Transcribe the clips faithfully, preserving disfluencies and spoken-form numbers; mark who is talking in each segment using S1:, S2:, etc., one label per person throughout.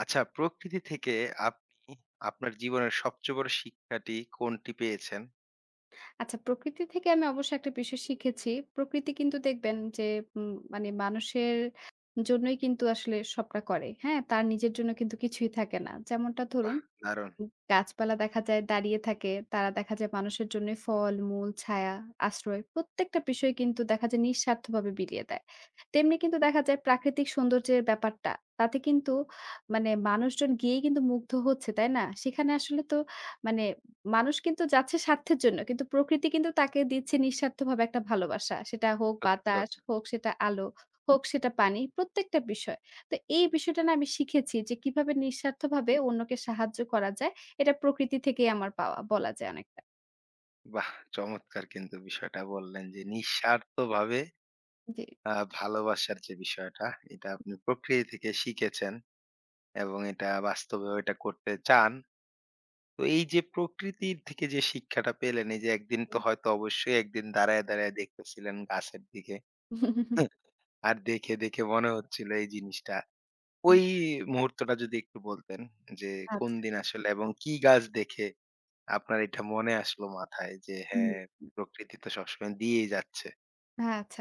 S1: আচ্ছা প্রকৃতি থেকে আপনি আপনার জীবনের সবচেয়ে বড় শিক্ষাটি কোনটি পেয়েছেন?
S2: আচ্ছা, প্রকৃতি থেকে আমি অবশ্য একটা বিষয় শিখেছি। প্রকৃতি কিন্তু দেখবেন যে উম মানে মানুষের জন্যই কিন্তু আসলে সবটা করে। হ্যাঁ? তার নিজের জন্য কিন্তু কিছুই থাকে না। যেমনটা
S1: বাহ!
S2: ধরুন
S1: দারুণ।
S2: উম গাছপালা দেখা যায় দাঁড়িয়ে থাকে। তারা দেখা যায় মানুষের জন্য ফল, মূল, ছায়া, আশ্রয় প্রত্যেকটা বিষয় কিন্তু দেখা যায় নিঃস্বার্থভাবে বিলিয়ে দেয়। তেমনি কিন্তু দেখা যায় প্রাকৃতিক সৌন্দর্যের ব্যাপারটা, তাতে কিন্তু মানে মানুষজন গিয়েই কিন্তু মুগ্ধ হচ্ছে, তাই না? সেখানে আসলে তো মানে মানুষ কিন্তু যাচ্ছে স্বার্থের জন্য। কিন্তু প্রকৃতি কিন্তু তাকে দিচ্ছে নিঃস্বার্থভাবে একটা ভালোবাসা। সেটা হোক
S1: সত্যি
S2: বাতাস,
S1: কথা।
S2: হোক সেটা আলো, হোক সেটা পানি, প্রত্যেকটা বিষয়। তো এই বিষয়টা না আমি শিখেছি যে কিভাবে নিঃস্বার্থভাবে অন্যকে সাহায্য করা যায়। এটা প্রকৃতি থেকেই আমার পাওয়া বলা যায় অনেকটা।
S1: বাহ! চমৎকার কিন্তু বিষয়টা বললেন যে নিঃস্বার্থভাবে
S2: জি।
S1: আ ভালোবাসার যে বিষয়টা এটা আপনি প্রকৃতি থেকে শিখেছেন এবং এটা বাস্তবেও এটা করতে চান। তো এই যে প্রকৃতির থেকে যে শিক্ষাটা পেলেন এই যে একদিন তো হয়তো অবশ্যই একদিন দাঁড়ায়, দাঁড়ায় দেখতেছিলেন গাছের দিকে। আর দেখে, দেখে মনে হচ্ছিল এই জিনিসটা ওই মুহূর্তটা যদি একটু বলতেন যে কোন
S2: আচ্ছা।
S1: দিন আসলে এবং কি গাছ দেখে আপনার এটা মনে আসলো মাথায় যে
S2: হুম,
S1: হ্যাঁ
S2: হুম।
S1: প্রকৃতি তো সবসময় দিয়েই যাচ্ছে।
S2: আচ্ছা,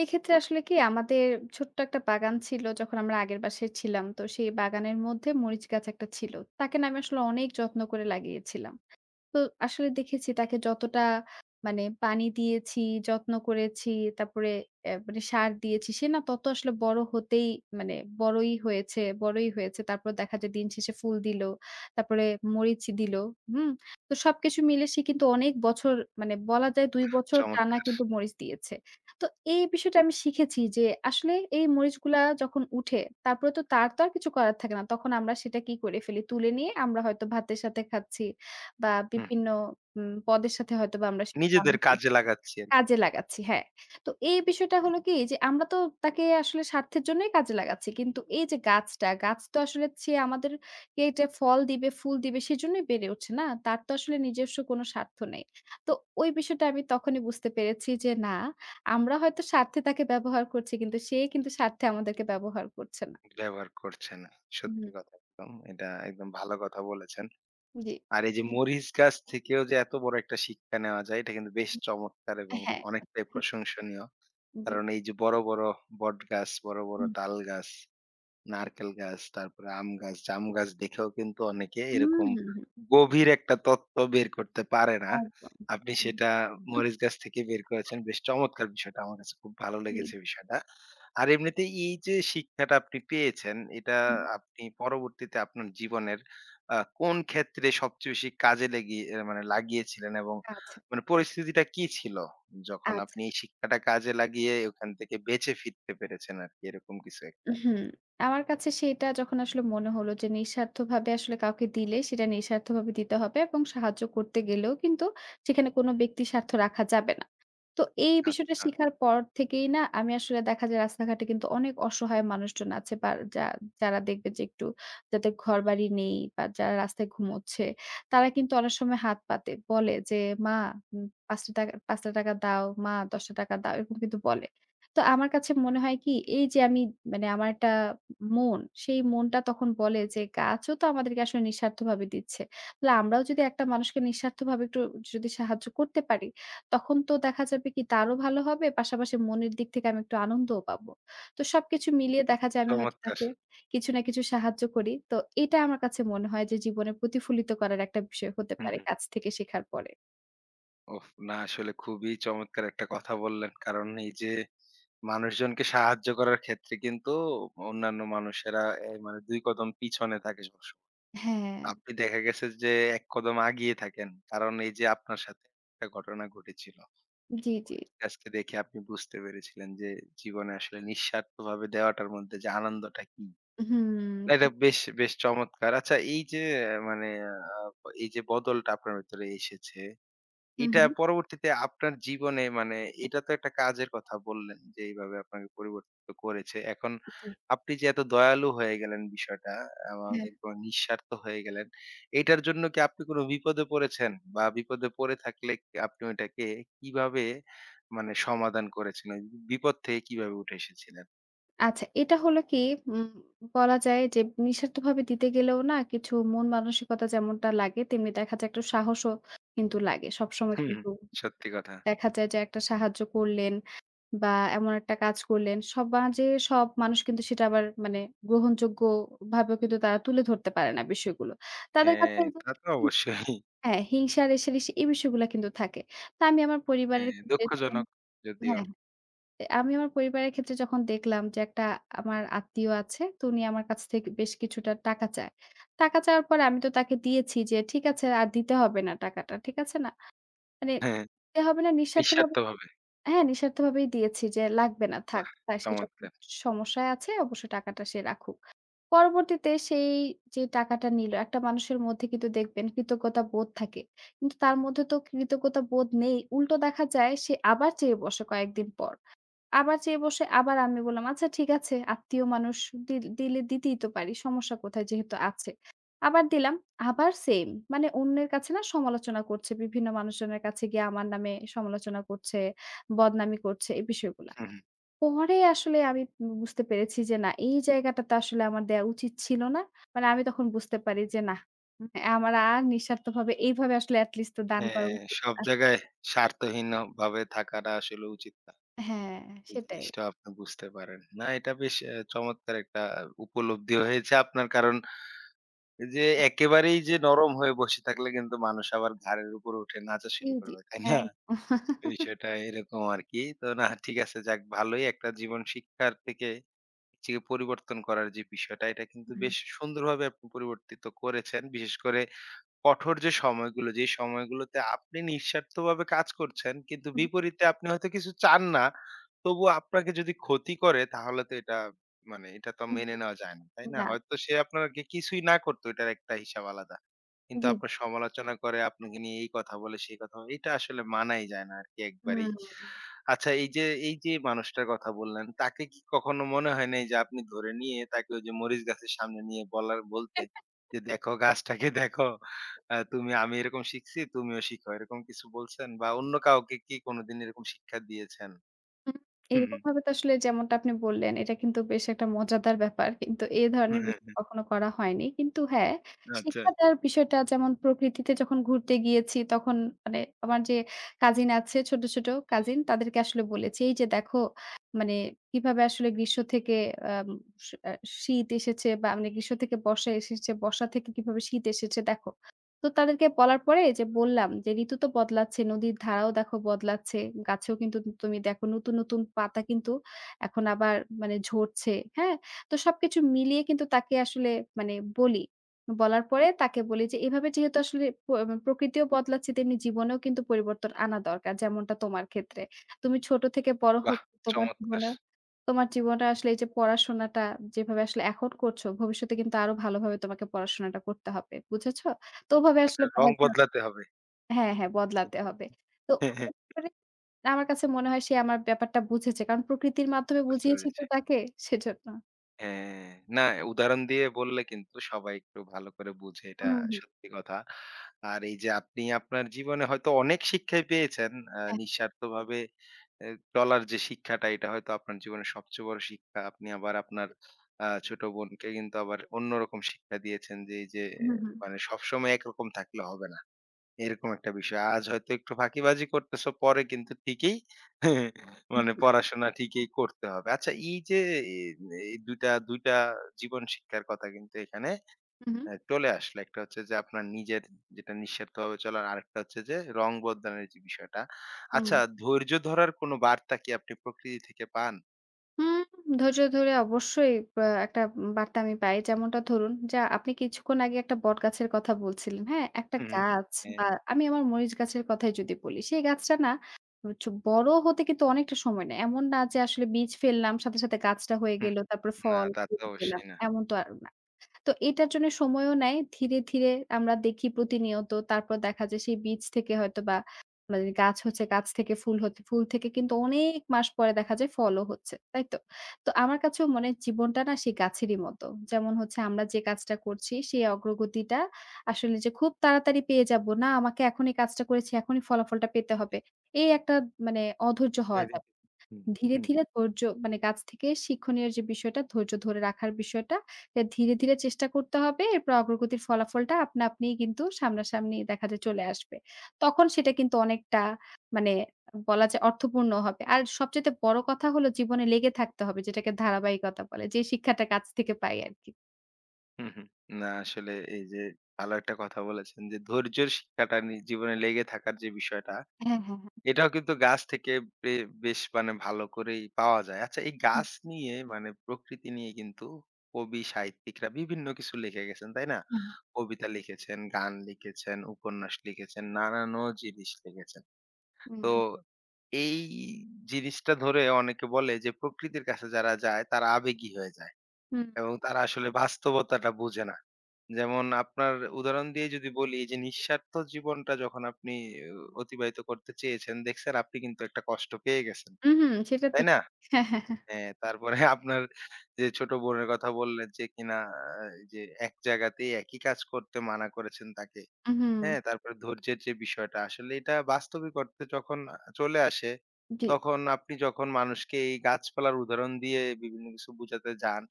S2: এক্ষেত্রে আসলে কি আমাদের ছোট্ট একটা বাগান ছিল যখন আমরা আগের বাসায় ছিলাম। তো সেই বাগানের মধ্যে মরিচ গাছ একটা ছিল। তাকে না আমি আসলে অনেক যত্ন করে লাগিয়েছিলাম। তো আসলে দেখেছি তাকে যতটা মানে পানি দিয়েছি, যত্ন করেছি, তারপরে এ মানে সার দিয়েছি, সে না তত আসলে বড় হতেই মানে বড়ই হয়েছে, বড়ই হয়েছে। তারপর দেখা যায় দিন শেষে ফুল দিল, তারপরে মরিচ দিল। হুম? তো সবকিছু মিলে সে কিন্তু অনেক বছর মানে বলা যায় দুই বছর টানা
S1: চমৎকার।
S2: কিন্তু মরিচ দিয়েছে। তো এই বিষয়টা আমি শিখেছি যে আসলে এই মরিচগুলা যখন উঠে, তারপরে তো তার তো আর কিছু করার থাকে না। তখন আমরা সেটা কি করে ফেলি? তুলে নিয়ে আমরা হয়তো ভাতের সাথে খাচ্ছি। বা
S1: হুম, হুম।
S2: বিভিন্ন উম পদের সাথে হয়তোবা আমরা সেটা
S1: নিজেদের
S2: রান্না করি,
S1: কাজে লাগাচ্ছি আর কি।
S2: কাজে লাগাচ্ছি, হ্যাঁ। তো এই বিষয়টা
S1: আপনি
S2: হলো কি যে আমরা তো তাকে আসলে স্বার্থের জন্যই কাজে লাগাচ্ছি। কিন্তু এই যে গাছটা, গাছ তো আসলে সে আমাদেরকে এটা ফল দিবে, ফুল দিবে সেজন্যই বেড়ে উঠছে না। তার তো আসলে নিজস্ব কোনো স্বার্থ নেই। তো ওই বিষয়টা আমি তখনই বুঝতে পেরেছি যে না, আমরা হয়তো স্বার্থে তাকে ব্যবহার করছি কিন্তু সে কিন্তু স্বার্থে আমাদেরকে ব্যবহার করছে না।
S1: ব্যবহার করছেন।
S2: হুম,
S1: সত্যি কথা, একদম এটা একদম ভালো কথা বলেছেন।
S2: জি।
S1: আর এই যে মরিচ গাছ থেকেও যে এত বড় একটা শিক্ষা নেওয়া যায় এটা কিন্তু বেশ চমৎকার এবং
S2: হ্যাঁ।
S1: অনেকটাই প্রশংসনীয়।
S2: জি।
S1: কারণ এই যে বড় বড় বট গাছ, বড় বড়
S2: হুম,
S1: তাল গাছ, নারকেল গাছ, তারপরে আম গাছ, জাম গাছ দেখেও কিন্তু অনেকে
S2: হুম,
S1: এরকম
S2: হুম, হুম।
S1: গভীর একটা তত্ত্ব বের করতে পারে না।
S2: একদম।
S1: আপনি
S2: হুম।
S1: সেটা মরিচ গাছ থেকে বের করেছেন। বেশ চমৎকার বিষয়টা। আমার কাছে খুব ভালো
S2: জি,
S1: লেগেছে বিষয়টা। আর এমনিতে এই যে শিক্ষাটা আপনি পেয়েছেন, এটা
S2: হুম,
S1: আপনি পরবর্তীতে আপনার জীবনের আ কোন ক্ষেত্রে সবচেয়ে বেশি কাজে লেগিয়ে এ মানে লাগিয়েছিলেন এবং
S2: আচ্ছা,
S1: মানে পরিস্থিতিটা কি ছিল? যখন
S2: আচ্ছা,
S1: আপনি এই শিক্ষাটা কাজে লাগিয়ে ওখান থেকে বেঁচে ফিরতে পেরেছেন আরকি এরকম কিছু একটা?
S2: হুম, আমার কাছে সেটা যখন আসলে মনে হলো যে নিঃস্বার্থভাবে আসলে কাউকে দিলে সেটা নিঃস্বার্থভাবে দিতে হবে এবং সাহায্য করতে গেলেও কিন্তু সেখানে কোনো ব্যক্তি স্বার্থ রাখা যাবে না। তো এই বিষয়টা
S1: আচ্ছা।
S2: শিখার পর থেকেই না আমি আসলে দেখা যায় রাস্তাঘাটে কিন্তু অনেক অসহায় মানুষজন আছে বা যা যারা দেখবে যে একটু যাদের ঘরবাড়ি নেই বা যারা রাস্তায় ঘুমোচ্ছে তারা কিন্তু অনেক সময় হাত পাতে। বলে যে, "মা উম ৳পাঁচ টাকা ৳পাঁচ টাকা দাও, মা ৳দশ টাকা দাও।" এরকম কিন্তু বলে। তো আমার কাছে মনে হয় কি এই যে আমি মানে আমার একটা মন, সেই মনটা তখন বলে যে গাছও তো আমাদেরকে আসলে নিঃস্বার্থভাবে দিচ্ছে। তাহলে আমরাও যদি একটা মানুষকে নিঃস্বার্থভাবে একটু যদি সাহায্য করতে পারি, তখন তো দেখা যাবে কি তারও ভালো হবে, পাশাপাশি মনের দিক থেকে আমি একটু আনন্দও পাবো। তো সবকিছু মিলিয়ে দেখা যায় আমি হয়তো
S1: চমৎকার!
S2: তাকে কিছু না কিছু সাহায্য করি। তো এটা আমার কাছে মনে হয় যে জীবনে প্রতিফলিত করার একটা বিষয় হতে
S1: হুম,
S2: পারে
S1: হুম।
S2: গাছ থেকে শেখার পরে।
S1: ওহ! না আসলে খুবই চমৎকার একটা কথা বললেন। কারণ এই যে মানুষজনকে সাহায্য করার ক্ষেত্রে কিন্তু অন্যান্য মানুষেরা এ মানে দুই কদম পিছনে থাকে সবসময়।
S2: হ্যাঁ,
S1: আপনি দেখা গেছে যে এক কদম আগিয়ে থাকেন। কারণ এই যে আপনার সাথে একটা ঘটনা ঘটেছিল।
S2: জি, জি।
S1: আজকে দেখে আপনি বুঝতে পেরেছিলেন যে জীবনে আসলে নিঃস্বার্থভাবে দেওয়াটার মধ্যে যে আনন্দটা কি।
S2: হুম,
S1: না
S2: হু,
S1: এটা বেশ, বেশ চমৎকার। আচ্ছা এই যে আহ, মানে আ এই যে বদলটা আপনার ভেতরে এসেছে এটা
S2: হুম,
S1: পরবর্তীতে আপনার জীবনে মানে এটা তো একটা কাজের কথা বললেন যে এইভাবে আপনাকে পরিবর্তিত করেছে। এখন
S2: জি,
S1: আপনি যে এত দয়ালু হয়ে গেলেন বিষয়টা এবং
S2: হ্যাঁ।
S1: এরপর নিঃস্বার্থ হয়ে গেলেন, এটার জন্য কি আপনি কোনো বিপদে পড়েছেন? বা বিপদে পড়ে থাকলে কি আপনি ওইটাকে কিভাবে মানে সমাধান করেছেন? ওই বিপদ থেকে কিভাবে উঠে এসেছিলেন?
S2: আচ্ছা, এটা হলো কি উম বলা যায় যে নিঃস্বার্থভাবে দিতে গেলেও না কিছু মন মানসিকতা যেমনটা লাগে তেমনি দেখা যায় একটু সাহসও কিন্তু লাগে। সবসময়
S1: হুম, হুম।
S2: কিন্তু
S1: সত্যি কথা।
S2: দেখা যায় যে একটা সাহায্য করলেন বা এমন একটা কাজ করলেন সমাজে, সব মানুষ কিন্তু সেটা আবার মানে গ্রহণযোগ্য ভাবেও কিন্তু তারা তুলে ধরতে পারে না বিষয়গুলো। তাদের কাছে
S1: হ্যাঁ,
S2: এই যে
S1: তা তো
S2: হি-
S1: অবশ্যই।
S2: হ্যাঁ, হিংসা রেষারেষি এই বিষয়গুলা কিন্তু থাকে। তা আমি আমার পরিবারের
S1: হ্যাঁ,
S2: ক্ষেত্রে যখন
S1: দুঃখজনক যদিও।
S2: হ্যাঁ। এ আমি আমার পরিবারের ক্ষেত্রে যখন দেখলাম যে একটা আমার আত্মীয় আছে, তো উনি আমার কাছ থেকে বেশ কিছুটা টাকা চায়। টাকা চাওয়ার পরে আমি তো তাকে দিয়েছি যে, "ঠিক আছে আর দিতে হবে না টাকাটা।" ঠিক আছে না? মানে
S1: হ্যাঁ,
S2: দিতে হবে না নিঃস্বার্থভাবে।
S1: নিঃস্বার্থভাবে।
S2: হ্যাঁ, নিঃস্বার্থভাবেই দিয়েছি যে, "লাগবে না থাক।"
S1: বাহ!
S2: তাই সে যখন
S1: চমৎকার।
S2: সমস্যায় আছে অবশ্য টাকাটা সে রাখুক। পরবর্তীতে সেই যে টাকাটা নিল, একটা মানুষের মধ্যে কিন্তু দেখবেন কৃতজ্ঞতা বোধ থাকে। কিন্তু তার মধ্যে তো কৃতজ্ঞতা বোধ নেই। উল্টো দেখা যায় সে আবার চেয়ে বসে কয়েকদিন পর। আবার চেয়ে বসে আবার আমি বললাম, "আচ্ছা ঠিক আছে, আত্মীয় মানুষ, দিল দিলে দিতেই তো পারি। সমস্যা কোথায়? যেহেতু আছে।" আবার দিলাম, আবার সেইম। মানে অন্যের কাছে না সমালোচনা করছে। বিভিন্ন মানুষজনের কাছে গিয়ে আমার নামে সমালোচনা করছে, বদনামি করছে এই বিষয়গুলা। পরে আসলে আমি উম বুঝতে পেরেছি যে না, এই জায়গাটাতে আসলে আমার দেয়া উচিত ছিল না। মানে আমি তখন বুঝতে পারি যে না, মানে আমার আর নিঃস্বার্থভাবে এইভাবে আসলে এট লিস্ট তো দান করা
S1: হ্যাঁ,
S2: উচিত
S1: সব
S2: না।
S1: জায়গায় স্বার্থহীনভাবে থাকাটা আসলে উচিত না।
S2: হ্যাঁ,
S1: এই
S2: সেটাই।
S1: জিনিসটা আপনি বুঝতে পারেন। না এটা বেশ অ্যা চমৎকার একটা উপলব্ধি হয়েছে আপনার। কারণ যে একেবারেই যে নরম হয়ে বসে থাকলে কিন্তু মানুষ আবার ঘাড়ের উপর উঠে নাচা
S2: জি,
S1: শুরু
S2: জি।
S1: করবে, তাই না?
S2: একদম।
S1: বিষয়টা এরকম আরকি। তো না ঠিক আছে, যাক ভালোই একটা জীবন শিক্ষার থেকে নিজেকে পরিবর্তন করার যে বিষয়টা এটা কিন্তু বেশ সুন্দরভাবে আপনি পরিবর্তিত করেছেন। বিশেষ করে কঠোর যে সময়গুলো, যে সময়গুলোতে আপনি নিঃস্বার্থভাবে কাজ করছেন, কিন্তু
S2: হুম,
S1: বিপরীতে আপনি হয়তো কিছু চান না। তবুও আপনাকে যদি ক্ষতি করে তাহলে তো এটা মানে এটা তো
S2: হুম।
S1: মেনে নেওয়া যায় না। তাই না?
S2: না,
S1: হয়তো সে আপনাকে কিছুই না করতো এটার একটা হিসাব আলাদা। কিন্তু
S2: জি।
S1: আপনার সমালোচনা করে, আপনাকে নিয়ে এই কথা বলে, সেই কথা বলে। এটা আসলে মানাই যায় না আরকি একবারেই।
S2: হুম।
S1: আচ্ছা এই যে, এই যে মানুষটার কথা বললেন, তাকে কি কখনো মনে হয় নাই যে আপনি ধরে নিয়ে তাকে ওই যে মরিচ গাছের সামনে নিয়ে বলার বলতে যে, "দেখো গাছটাকে দেখো। আ তুমি আমি এরকম শিখছি, তুমিও শিখো।" এরকম কিছু বলছেন? বা অন্য কাউকে কি কোনোদিন এরকম শিক্ষা দিয়েছেন?
S2: হুম,
S1: হুম, হুম।
S2: এরকমভাবে তো আসলে যেমনটা আপনি বললেন, এটা কিন্তু বেশ একটা মজাদার ব্যাপার। কিন্তু এ
S1: হ্যাঁ,
S2: ধরনের
S1: হ্যাঁ,
S2: বিষয়
S1: হ্যাঁ।
S2: কখনো করা হয়নি। কিন্তু হ্যাঁ,
S1: আচ্ছা।
S2: শিক্ষা দেওয়ার বিষয়টা যেমন প্রকৃতিতে যখন ঘুরতে গিয়েছি, তখন মানে আমার যে কাজিন আছে, ছোট, ছোট কাজিন, তাদেরকে আসলে বলেছি, "এই যে দেখো, মানে কিভাবে আসলে গ্রীষ্ম থেকে আম স আ শীত এসেছে বা মানে গ্রীষ্ম থেকে বর্ষা এসেছে, বর্ষা থেকে কিভাবে শীত এসেছে দেখো।" তো তাদেরকে বলার পরে যে বললাম যে, "ঋতু তো বদলাচ্ছে, নদীর ধারাও দেখো বদলাচ্ছে। গাছেও কিন্তু তুমি দেখো নতুন, নতুন পাতা কিন্তু এখন আবার মানে ঝরছে।" হ্যাঁ? তো সবকিছু মিলিয়ে কিন্তু তাকে আসলে মানে বলি। বলার পরে তাকে বলি যে, "এভাবে যেহেতু আসলে প মানে প্রকৃতিও বদলাচ্ছে তেমনি জীবনেও কিন্তু পরিবর্তন আনা দরকার। যেমনটা তোমার ক্ষেত্রে। তুমি ছোট থেকে বড়
S1: বাহ!
S2: হচ্ছ, তোমার
S1: চমৎকার!
S2: জীবনেও তোমার জীবনে আসলে এই যে পড়াশোনাটা যেভাবে আসলে এখন করছো, ভবিষ্যতে কিন্তু আরো ভালোভাবে তোমাকে পড়াশোনাটা করতে হবে। বুঝেছ?" তো ওভাবে
S1: মানে
S2: আসলে
S1: রং
S2: বদলা
S1: বদলাতে হবে।
S2: হ্যাঁ, হ্যাঁ বদলাতে হবে। তো
S1: হ্যাঁ, হ্যাঁ।
S2: করে আমার কাছে মনে হয় সে আমার ব্যাপারটা বুঝেছে। কারণ প্রকৃতির মাধ্যমে
S1: বুঝতে
S2: বুঝিয়েছি
S1: পেরেছি।
S2: তো তাকে সেজন্য।
S1: হ্যাঁ, না উদাহরণ দিয়ে বললে কিন্তু সবাই একটু ভালো করে বুঝে এটা।
S2: হুম, হুম।
S1: সত্যি কথা। আর এই যে আপনি আপনার জীবনে হয়তো অনেক শিক্ষাই পেয়েছেন। আ
S2: হ্যাঁ।
S1: নিঃস্বার্থভাবে এ চলার যে শিক্ষাটা এটা হয়তো আপনার জীবনের সবচেয়ে বড় শিক্ষা। আপনি আবার আপনার আ ছোট বোনকে কিন্তু আবার অন্যরকম শিক্ষা দিয়েছেন যে এই যে
S2: হুম,
S1: আহ,
S2: হুম।
S1: মানে সবসময় একরকম থাকলে হবে না। এরকম একটা বিষয়। আজ হয়তো একটু ফাঁকিবাজি করতেছো, পরে কিন্তু ঠিকই
S2: হুম,
S1: মানে পড়াশোনা ঠিকই করতে হবে। আচ্ছা এই যে এ এই দুই টা দুই টা জীবন শিক্ষার কথা কিন্তু এখানে
S2: হুম।
S1: অ্যা চলে আসলো। একটা হচ্ছে যে আপনার নিজের যেটা নিঃস্বার্থভাবে চলার, আরেকটা হচ্ছে যে রং বদলানোর যে বিষয়টা।
S2: হুম।
S1: আচ্ছা, ধৈর্য ধরার কোনো বার্তা কি আপনি প্রকৃতি থেকে পান?
S2: হুম, ধৈর্য ধরে অবশ্যই বা একটা বার্তা আমি পাই। যেমনটা ধরুন যে আপনি কিছুক্ষণ আগে একটা বটগাছের কথা বলছিলেন, হ্যাঁ? একটা
S1: হুম,
S2: গাছ
S1: হ্যাঁ।
S2: বা আমি আমার মরিচ গাছের কথাই যদি বলি, সেই গাছটা না চ বড় হতে কিন্তু অনেকটা সময় নেয়। এমন না যে আসলে বীজ ফেললাম, সাথে, সাথে গাছটা হয়ে
S1: হুম।
S2: গেল, তারপরে
S1: না
S2: ফল,
S1: তা তো
S2: ফুল পেলাম।
S1: অবশ্যই না।
S2: এমন তো আর, তো এটার জন্য সময়ও নেয়। ধীরে, ধীরে আমরা দেখি প্রতিনিয়ত। তারপর দেখা যায় সেই বীজ থেকে হয়তোবা মানে গাছ হচ্ছে, গাছ থেকে ফুল হচ্ছে, ফুল থেকে কিন্তু অনেক মাস পরে দেখা যায় ফলও হচ্ছে। তাই তো? তো আমার কাছেও মনে হয় জীবনটা না সেই গাছেরই মতো। যেমন হচ্ছে আমরা যে কাজটা করছি সেই অগ্রগতিটা আসলে যে খুব তাড়াতাড়ি পেয়ে যাবো, না আমাকে এখন এই কাজটা করেছি, এখনই ফলাফলটা পেতে হবে। এই একটা মানে অধৈর্য হওয়া
S1: হুম,
S2: যায়। ধীরে,
S1: হুম।
S2: ধীরে ধৈর্য মানে গাছ থেকে শিক্ষণীয় যে বিষয়টা, ধৈর্য ধরে রাখার বিষয়টা, এটা ধীরে, ধীরে চেষ্টা করতে হবে। এরপর অগ্রগতির ফলাফলটা আপনা আপনিই কিন্তু সামনাসামনি দেখা যায় চলে আসবে। তখন সেটা কিন্তু অনেকটা মানে বলা যায় অর্থপূর্ণ হবে। আর সবচাইতে বড় কথা হলো জীবনে লেগে থাকতে হবে যেটাকে ধারাবাহিকতা বলে। যে শিক্ষাটা গাছ থেকে পাই আরকি।
S1: হুম, হুম। না আসলে এই যে ভালো একটা কথা বলেছেন যে ধৈর্যের শিক্ষাটা নি জীবনে লেগে থাকার যে বিষয়টা,
S2: হ্যাঁ, হ্যাঁ, হ্যাঁ।
S1: এটাও কিন্তু গাছ থেকে বে বেশ মানে ভালো করেই পাওয়া যায়। আচ্ছা এই
S2: হুম,
S1: গাছ নিয়ে মানে প্রকৃতি নিয়ে কিন্তু কবি সাহিত্যিকরা বিভিন্ন কিছু লিখে গেছেন, তাই না?
S2: হুম,
S1: কবিতা লিখেছেন, গান লিখেছেন, উপন্যাস লিখেছেন, নানান জিনিস লিখেছেন।
S2: হুম,
S1: তো এই জিনিসটা ধরে অনেকে বলে যে প্রকৃতির কাছে যারা যায় তারা আবেগী হয়ে যায়
S2: হুম,
S1: এবং তারা আসলে বাস্তবতাটা বোঝে না। যেমন আপনার উদাহরণ দিয়ে যদি বলি এই যে নিঃস্বার্থ জীবনটা যখন আপনি আহ, অতিবাহিত করতে চেয়েছেন দেখছেন আপনি কিন্তু একটা কষ্ট পেয়ে গেছেন,
S2: উহু, সেটা তো
S1: তাই না?
S2: হ্যাঁ, হ্যাঁ, হ্যাঁ।
S1: হ্যাঁ, তারপরে আপনার যে ছোট বোনের কথা বললেন যে কিনা আহ, এই যে এক জায়গাতেই একই কাজ করতে মানা করেছেন তাকে।
S2: উহু,
S1: হ্যাঁ, তারপরে ধৈর্যের যে বিষয়টা আসলে এটা বাস্তবিক অর্থে যখন আ চলে আসে,
S2: জি।
S1: তখন আপনি যখন মানুষকে এই গাছপালার উদাহরণ দিয়ে বিভিন্ন কিছু বুঝাতে যান,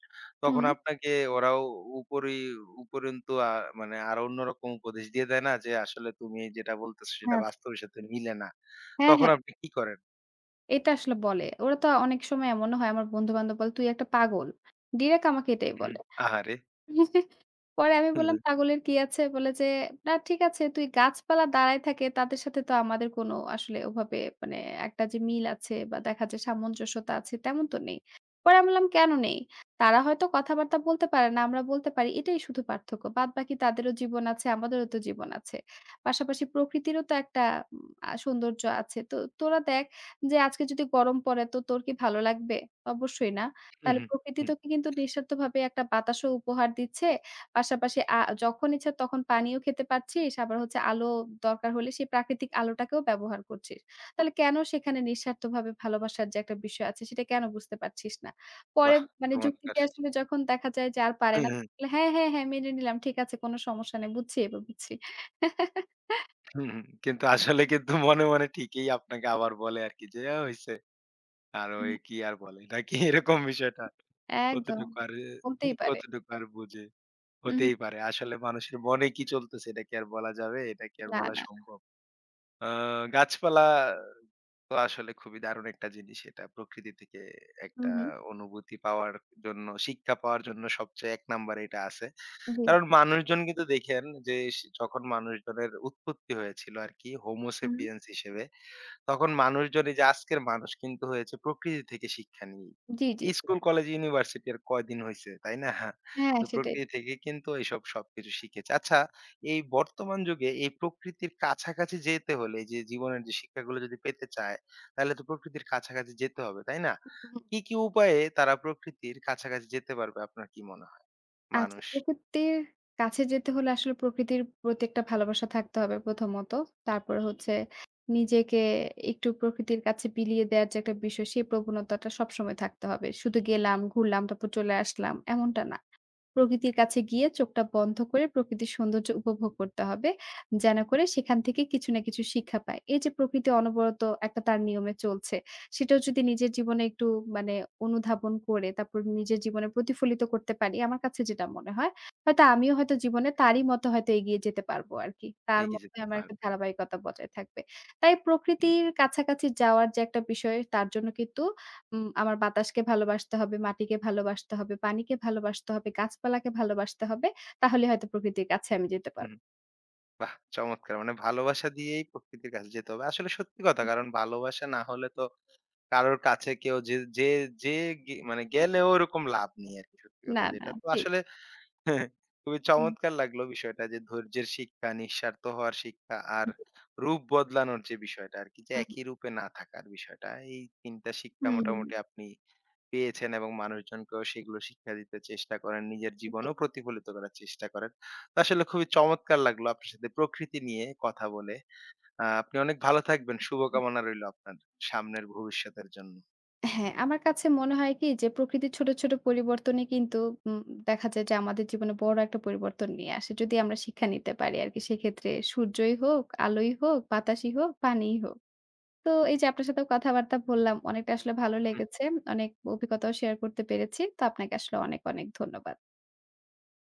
S1: তখন
S2: হুম,
S1: আপনাকে ওরাও উপরি উপরন্তু আ মানে আরো অন্যরকম উপদেশ দিয়ে দেয় না যে, আসলে তুমি যেটা বলতেছো সেটা
S2: আচ্ছা।
S1: বাস্তবের সাথে মিলে না।
S2: হ্যাঁ,
S1: তখন
S2: হ্যাঁ।
S1: আপনি কি করেন?
S2: এটা আসলে বলে। ওরা তো অনেক সময় এমনও হয় আমার বন্ধু-বান্ধব বলে, "তুই একটা পাগল।" ডিরেক্ট আমাকে এটাই
S1: হুম,
S2: বলে।
S1: আহারে!
S2: পরে আমি
S1: হুম,
S2: বললাম,
S1: হুম,
S2: "পাগলের কি আছে?" বলে যে, "না ঠিক আছে তুই গাছপালা দাঁড়ায় থাকে তাদের সাথে তো আমাদের কোনো আসলে ওভাবে মানে একটা যে মিল আছে বা দেখা যায় সামঞ্জস্যতা আছে তেমন তো নেই।" পরে আমি বললাম, "কেন নেই? তারা হয়তো কথাবার্তা বলতে পারে না, আমরা বলতে পারি। এটাই শুধু পার্থক্য। বাদবাকি তাদেরও জীবন আছে, আমাদেরও তো জীবন আছে। পাশাপাশি প্রকৃতিরও তো একটা উম আ সৌন্দর্য আছে। তো তোরা দেখ যে আজকে যদি গরম পড়ে তো তোর কি ভালো লাগবে? অবশ্যই না।
S1: হুম,
S2: তাহলে
S1: হুম,
S2: প্রকৃতি
S1: হুম,
S2: তোকে কিন্তু নিঃস্বার্থভাবে একটা বাতাসও উপহার দিচ্ছে। পাশাপাশি আ যখন ইচ্ছা তখন পানিও খেতে পারছিস। আবার হচ্ছে আলো দরকার হলে সেই প্রাকৃতিক আলোটাকেও ব্যবহার করছিস। তাহলে কেন সেখানে নিঃস্বার্থভাবে ভালোবাসার যে একটা বিষয় আছে সেটা কেন বুঝতে পারছিস না? পরে
S1: বাহ!
S2: মানে
S1: চমৎকার!
S2: যুক্তিতে আসলে যখন দেখা যায় যে আর পারে
S1: হুম,
S2: না,
S1: হুম,
S2: বলে, হ্যাঁ, হ্যাঁ, হ্যাঁ মেনে নিলাম। ঠিক আছে কোনো সমস্যা নেই। বুঝছি এবার বুঝছি।
S1: হুম, হুম। কিন্তু আসলে কিন্তু মনে, মনে ঠিকই আপনাকে আবার বলে আরকি যে, "আ হইছে।" আর ওই কি আর বলে নাকি এরকম বিষয়টা।
S2: হ্যাঁ, একদম।
S1: কতটুকু আর
S2: বলতেই পারে।
S1: কতটুকু আর বুঝে।
S2: উহু,
S1: হতেই পারে। আসলে মানুষের মনে কি চলতেছে এটা কি আর বলা যাবে? এটা কি আর
S2: না,
S1: বলা
S2: না।
S1: সম্ভব? আ গাছপালা তো আসলে খুবই দারুণ একটা জিনিস এটা। প্রকৃতি থেকে
S2: হু,
S1: একটা
S2: হু।
S1: অনুভূতি পাওয়ার জন্য, শিক্ষা পাওয়ার জন্য সবচেয়ে এক নাম্বারে এটা আছে।
S2: জি।
S1: কারণ মানুষজন কিন্তু দেখেন যে, স যখন মানুষজনের উৎপত্তি হয়েছিল আরকি হোমো
S2: উহু।
S1: সেপিয়েন্স হিসেবে তখন মানুষজন এই যে আজকের মানুষ কিন্তু হয়েছে প্রকৃতি থেকে শিক্ষা নিয়েই।
S2: জি, জি। জি।
S1: স্কুল, কলেজ, ইউনিভার্সিটি আর কয়দিন হইছে, তাই না?
S2: হ্যাঁ,
S1: তো
S2: সেটাই।
S1: প্রকৃতি থেকে কিন্তু এইসব সবকিছু শিখেছে। আচ্ছা, এই বর্তমান যুগে এই প্রকৃতির কাছাকাছি যেতে হলে যে জীবনের যে শিক্ষাগুলো যদি পেতে চায়, তাহলে তো প্রকৃতির কাছাকাছি যেতে হবে, তাই না?
S2: হুম।
S1: কি, কি উপায়ে তারা প্রকৃতির কাছাকাছি যেতে পারবে আপনার কি মনে হয়?
S2: আচ্ছা,
S1: মানুষ
S2: প্রকৃতির কাছে যেতে হলে আসলে প্রকৃতির প্রতি একটা ভালোবাসা থাকতে হবে প্রথমত। তারপরে হচ্ছে নিজেকে একটু প্রকৃতির কাছে বিলিয়ে দেয়ার যে একটা বিষয়, সেই প্রবণতাটা সবসময় থাকতে হবে। শুধু গেলাম, ঘুরলাম, তারপর চলে আসলাম, এমনটা না। প্রকৃতির কাছে গিয়ে চোখটা বন্ধ করে প্রকৃতির সৌন্দর্য উপভোগ করতে হবে। যেন করে সেখান থেকে কিছু না কিছু শিক্ষা পায়। এই যে প্রকৃতি অনবরত একটা তার নিয়মে চলছে। সেটাও যদি নিজের জীবনে একটু মানে অনুধাবন করে তারপর নিজের জীবনে প্রতিফলিত করতে পারি, আমার কাছে যেটা মনে হয়, হয়তো আমিও হয়তো জীবনে তারই মতো হয়তো এগিয়ে যেতে পারবো আরকি। তার
S1: এগিয়ে
S2: মতোই
S1: যেতে
S2: আমার একটা
S1: পারবে।
S2: ধারাবাহিকতা বজায় থাকবে। তাই প্রকৃতির কাছাকাছি যাওয়ার যে একটা বিষয় তার জন্য কিন্তু উম আমার বাতাসকে ভালোবাসতে হবে, মাটিকে ভালোবাসতে হবে, পানিকে ভালোবাসতে হবে, গাছপালাকে ভালোবাসতে হবে। তাহলে হয়তো প্রকৃতির কাছে আমি যেতে পারব।
S1: হুম। বাহ! চমৎকার! মানে ভালোবাসা দিয়েই প্রকৃতির কাছে যেতে হবে। আসলে সত্যি কথা, কারণ ভালোবাসা না হলে তো কারোর কাছে কেউ যে যে যে গে মানে গেলেও ওরকম লাভ নেই আরকি সত্যি
S2: না,
S1: কথা
S2: না
S1: যেটা। তো
S2: ঠিক।
S1: আসলে খুবই
S2: হুম,
S1: চমৎকার লাগলো বিষয়টা যে ধৈর্যের শিক্ষা, নিঃস্বার্থ হওয়ার শিক্ষা আর
S2: হুম,
S1: রূপ বদলানোর যে বিষয়টা আরকি যে
S2: হুম,
S1: একই রূপে না থাকার বিষয়টা। এই তিন টা শিক্ষা
S2: হুম, হুম,
S1: মোটামুটি আপনি পেয়েছেন এবং মানুষজনকেও সেগুলো শিক্ষা দিতে চেষ্টা করেন, নিজের
S2: জি।
S1: জীবনেও প্রতিফলিত করার চেষ্টা করেন। তো আসলে খুবই চমৎকার লাগলো আপনার সাথে প্রকৃতি নিয়ে কথা বলে। আ আপনি অনেক ভালো থাকবেন। শুভকামনা রইলো আপনার সামনের ভবিষ্যতের জন্য।
S2: হ্যাঁ, আমার কাছে মনে হয় কি যে প্রকৃতির ছোট, ছোট পরিবর্তনই কিন্তু উম দেখা যায় যে আমাদের জীবনে বড় একটা পরিবর্তন নিয়ে আসে। যদি আমরা শিক্ষা নিতে পারি আরকি। সেক্ষেত্রে সূর্যই হোক, আলোই হোক, বাতাসই হোক, পানিই হোক। তো এই যে আপনার সাথেও কথাবার্তা বললাম, অনেকটা আসলে ভালো লেগেছে। অনেক অভিজ্ঞতাও শেয়ার করতে পেরেছি। তো আপনাকে আসলে অনেক, অনেক ধন্যবাদ।